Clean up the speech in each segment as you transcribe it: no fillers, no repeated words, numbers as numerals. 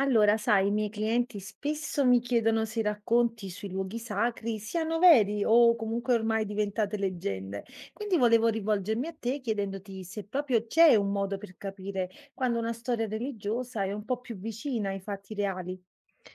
Allora, sai, i miei clienti spesso mi chiedono se i racconti sui luoghi sacri siano veri o comunque ormai diventate leggende. Quindi volevo rivolgermi a te chiedendoti se proprio c'è un modo per capire quando una storia religiosa è un po' più vicina ai fatti reali.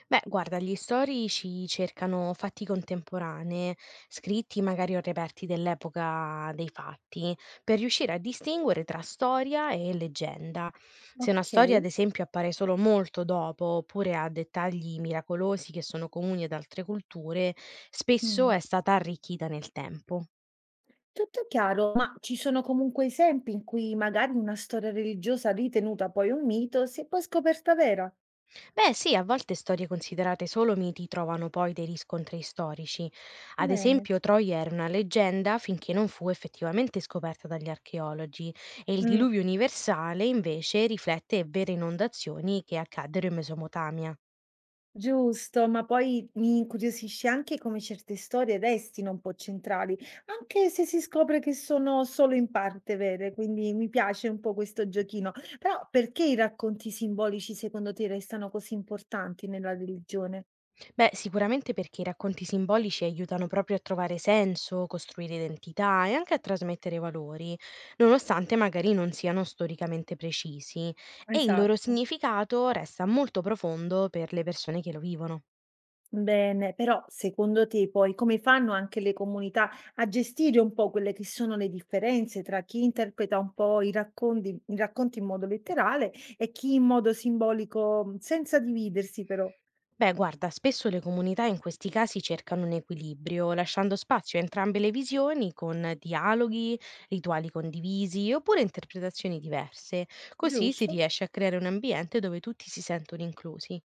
Beh, guarda, gli storici cercano fatti contemporanei, scritti magari o reperti dell'epoca dei fatti, per riuscire a distinguere tra storia e leggenda. Se una Ok. storia, ad esempio, appare solo molto dopo, oppure ha dettagli miracolosi che sono comuni ad altre culture, spesso Mm. è stata arricchita nel tempo. Tutto chiaro, ma ci sono comunque esempi in cui magari una storia religiosa ritenuta poi un mito si è poi scoperta vera. Beh, sì, a volte storie considerate solo miti trovano poi dei riscontri storici. Ad Bene. esempio, Troia era una leggenda finché non fu effettivamente scoperta dagli archeologi e il Mm. diluvio universale invece riflette vere inondazioni che accaddero in Mesopotamia. Giusto, ma poi mi incuriosisce anche come certe storie restino un po' centrali, anche se si scopre che sono solo in parte vere, quindi mi piace un po' questo giochino. Però perché i racconti simbolici secondo te restano così importanti nella religione? Beh, sicuramente perché i racconti simbolici aiutano proprio a trovare senso, costruire identità e anche a trasmettere valori, nonostante magari non siano storicamente precisi, e il loro Esatto. significato resta molto profondo per le persone che lo vivono. Bene, però secondo te poi come fanno anche le comunità a gestire un po' quelle che sono le differenze tra chi interpreta un po' i racconti in modo letterale e chi in modo simbolico, senza dividersi però, Beh, guarda, spesso le comunità in questi casi cercano un equilibrio, lasciando spazio a entrambe le visioni con dialoghi, rituali condivisi oppure interpretazioni diverse. Così si giusto? riesce a creare un ambiente dove tutti si sentono inclusi.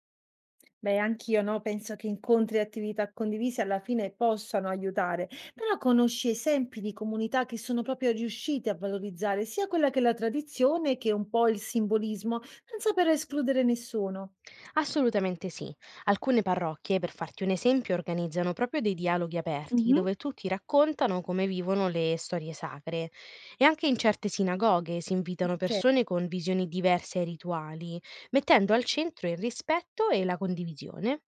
Beh, anch'io no, penso che incontri e attività condivise alla fine possano aiutare, però conosci esempi di comunità che sono proprio riuscite a valorizzare sia quella che è la tradizione che un po' il simbolismo, senza però escludere nessuno. Assolutamente sì. Alcune parrocchie, per farti un esempio, organizzano proprio dei dialoghi aperti Mhm. dove tutti raccontano come vivono le storie sacre e anche in certe sinagoghe si invitano Ok. persone con visioni diverse ai rituali, mettendo al centro il rispetto e la condivisione.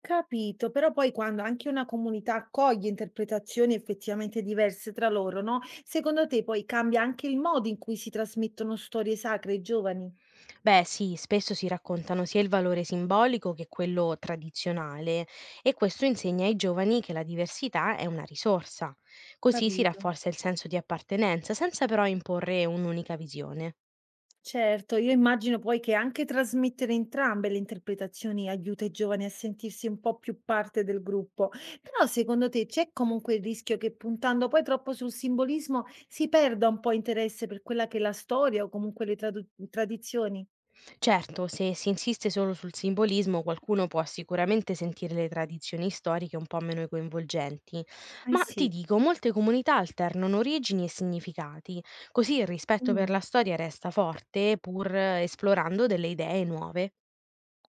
Capito, però poi quando anche una comunità accoglie interpretazioni effettivamente diverse tra loro, no, secondo te poi cambia anche il modo in cui si trasmettono storie sacre ai giovani? Beh sì, spesso si raccontano sia il valore simbolico che quello tradizionale e questo insegna ai giovani che la diversità è una risorsa. Così si Capito. rafforza il senso di appartenenza senza però imporre un'unica visione. Certo, io immagino poi che anche trasmettere entrambe le interpretazioni aiuta i giovani a sentirsi un po' più parte del gruppo. Però secondo te c'è comunque il rischio che puntando poi troppo sul simbolismo si perda un po' interesse per quella che è la storia o comunque le tradizioni? Certo, se si insiste solo sul simbolismo qualcuno può sicuramente sentire le tradizioni storiche un po' meno coinvolgenti, Eh ma sì. ti dico, molte comunità alternano origini e significati, così il rispetto per Mm. la storia resta forte pur esplorando delle idee nuove.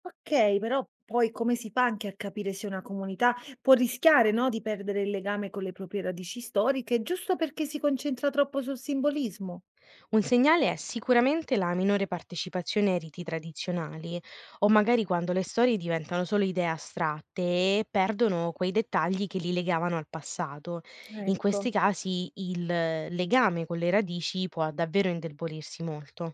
Okay, però poi come si fa anche a capire se una comunità può rischiare, no, di perdere il legame con le proprie radici storiche, giusto perché si concentra troppo sul simbolismo? Un segnale è sicuramente la minore partecipazione ai riti tradizionali, o magari quando le storie diventano solo idee astratte e perdono quei dettagli che li legavano al passato. In Ecco, questi casi il legame con le radici può davvero indebolirsi molto.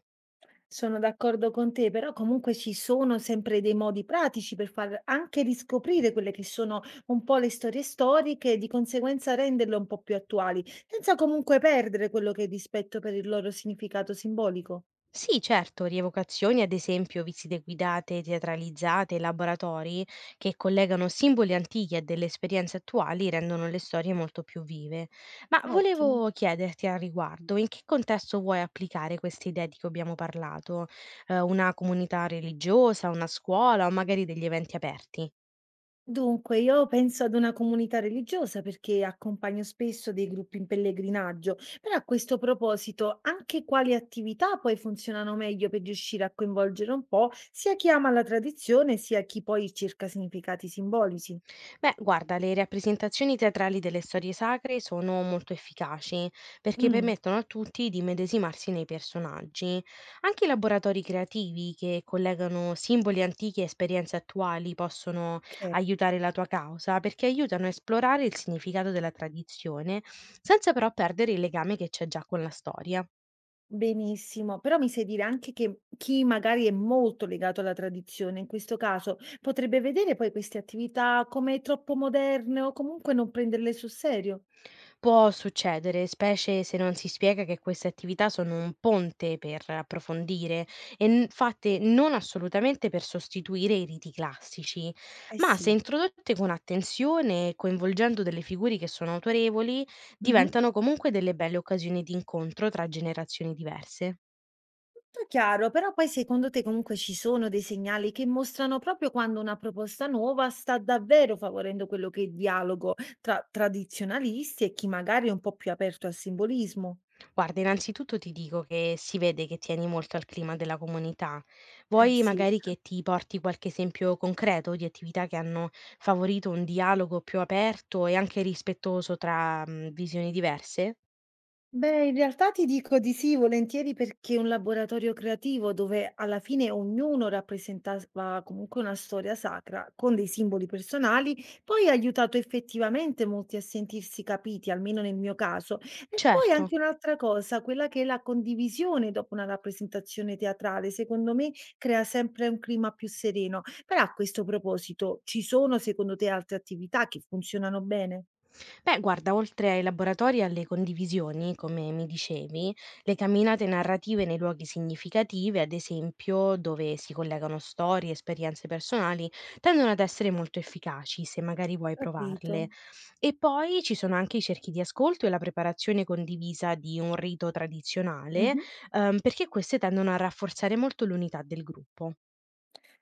sono d'accordo con te, però comunque ci sono sempre dei modi pratici per far anche riscoprire quelle che sono un po' le storie storiche e di conseguenza renderle un po' più attuali, senza comunque perdere quello che è il rispetto per il loro significato simbolico. Sì, certo, rievocazioni, ad esempio visite guidate, teatralizzate, laboratori che collegano simboli antichi a delle esperienze attuali rendono le storie molto più vive. Ma Ottimo. volevo chiederti al riguardo, in che contesto vuoi applicare queste idee di cui abbiamo parlato? Una comunità religiosa, una scuola o magari degli eventi aperti? Dunque, io penso ad una comunità religiosa perché accompagno spesso dei gruppi in pellegrinaggio, però a questo proposito, anche quali attività poi funzionano meglio per riuscire a coinvolgere un po' sia chi ama la tradizione, sia chi poi cerca significati simbolici? Beh, guarda, le rappresentazioni teatrali delle storie sacre sono molto efficaci perché Mm, permettono a tutti di medesimarsi nei personaggi. Anche i laboratori creativi che collegano simboli antichi e esperienze attuali possono ok, aiutare la tua causa perché aiutano a esplorare il significato della tradizione senza però perdere il legame che c'è già con la storia. benissimo, però mi sai dire anche che chi magari è molto legato alla tradizione, in questo caso, potrebbe vedere poi queste attività come troppo moderne o comunque non prenderle sul serio? Può succedere, specie se non si spiega che queste attività sono un ponte per approfondire e fatte non assolutamente per sostituire i riti classici, Eh ma se sì. introdotte con attenzione e coinvolgendo delle figure che sono autorevoli, Mhm. diventano comunque delle belle occasioni di incontro tra generazioni diverse. Tutto chiaro, però poi secondo te comunque ci sono dei segnali che mostrano proprio quando una proposta nuova sta davvero favorendo quello che è il dialogo tra tradizionalisti e chi magari è un po' più aperto al simbolismo? Guarda, innanzitutto ti dico che si vede che tieni molto al clima della comunità. Eh Vuoi sì, magari che ti porti qualche esempio concreto di attività che hanno favorito un dialogo più aperto e anche rispettoso tra visioni diverse? Beh, in realtà ti dico di sì, volentieri perché un laboratorio creativo dove alla fine ognuno rappresentava comunque una storia sacra con dei simboli personali, poi ha aiutato effettivamente molti a sentirsi capiti, almeno nel mio caso. E poi Certo. anche un'altra cosa, quella che è la condivisione dopo una rappresentazione teatrale, secondo me crea sempre un clima più sereno. Però a questo proposito, ci sono secondo te altre attività che funzionano bene? Beh, guarda, oltre ai laboratori e alle condivisioni, come mi dicevi, le camminate narrative nei luoghi significativi, ad esempio dove si collegano storie, esperienze personali, tendono ad essere molto efficaci se magari vuoi Capito. provarle. E poi ci sono anche i cerchi di ascolto e la preparazione condivisa di un rito tradizionale, Mhm. Perché queste tendono a rafforzare molto l'unità del gruppo.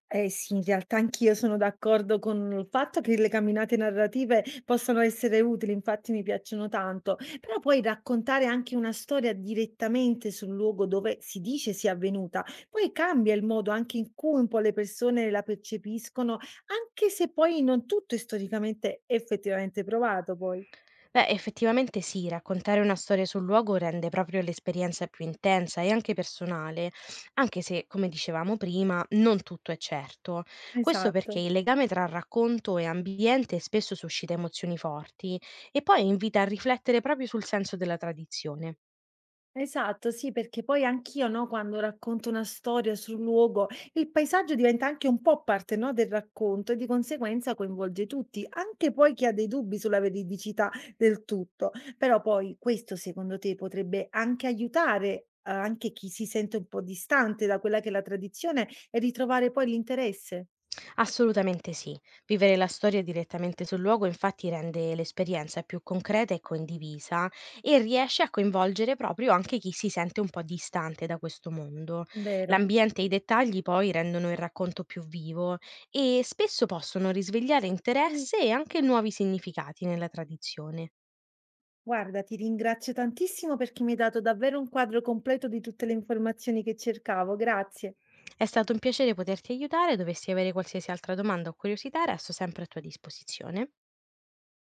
Eh sì, in realtà anch'io sono d'accordo con il fatto che le camminate narrative possano essere utili, infatti mi piacciono tanto, però poi raccontare anche una storia direttamente sul luogo dove si dice sia avvenuta, poi cambia il modo anche in cui un po' le persone la percepiscono, anche se poi non tutto è storicamente effettivamente provato poi. Beh, effettivamente sì, raccontare una storia sul luogo rende proprio l'esperienza più intensa e anche personale, anche se, come dicevamo prima, non tutto è certo. Questo perché Esatto. il legame tra racconto e ambiente spesso suscita emozioni forti e poi invita a riflettere proprio sul senso della tradizione. Esatto, sì, perché poi anch'io, no, quando racconto una storia sul luogo, il paesaggio diventa anche un po' parte, no, del racconto e di conseguenza coinvolge tutti, anche poi chi ha dei dubbi sulla veridicità del tutto. Però poi questo secondo te potrebbe anche aiutare anche chi si sente un po' distante da quella che è la tradizione e ritrovare poi l'interesse, Assolutamente sì. Vivere la storia direttamente sul luogo infatti rende l'esperienza più concreta e condivisa e riesce a coinvolgere proprio anche chi si sente un po' distante da questo mondo. vero? L'ambiente e i dettagli poi rendono il racconto più vivo e spesso possono risvegliare Mm, interesse e anche nuovi significati nella tradizione. Guarda, ti ringrazio tantissimo perché mi hai dato davvero un quadro completo di tutte le informazioni che cercavo, grazie. È stato un piacere poterti aiutare, dovessi avere qualsiasi altra domanda o curiosità, resto sempre a tua disposizione.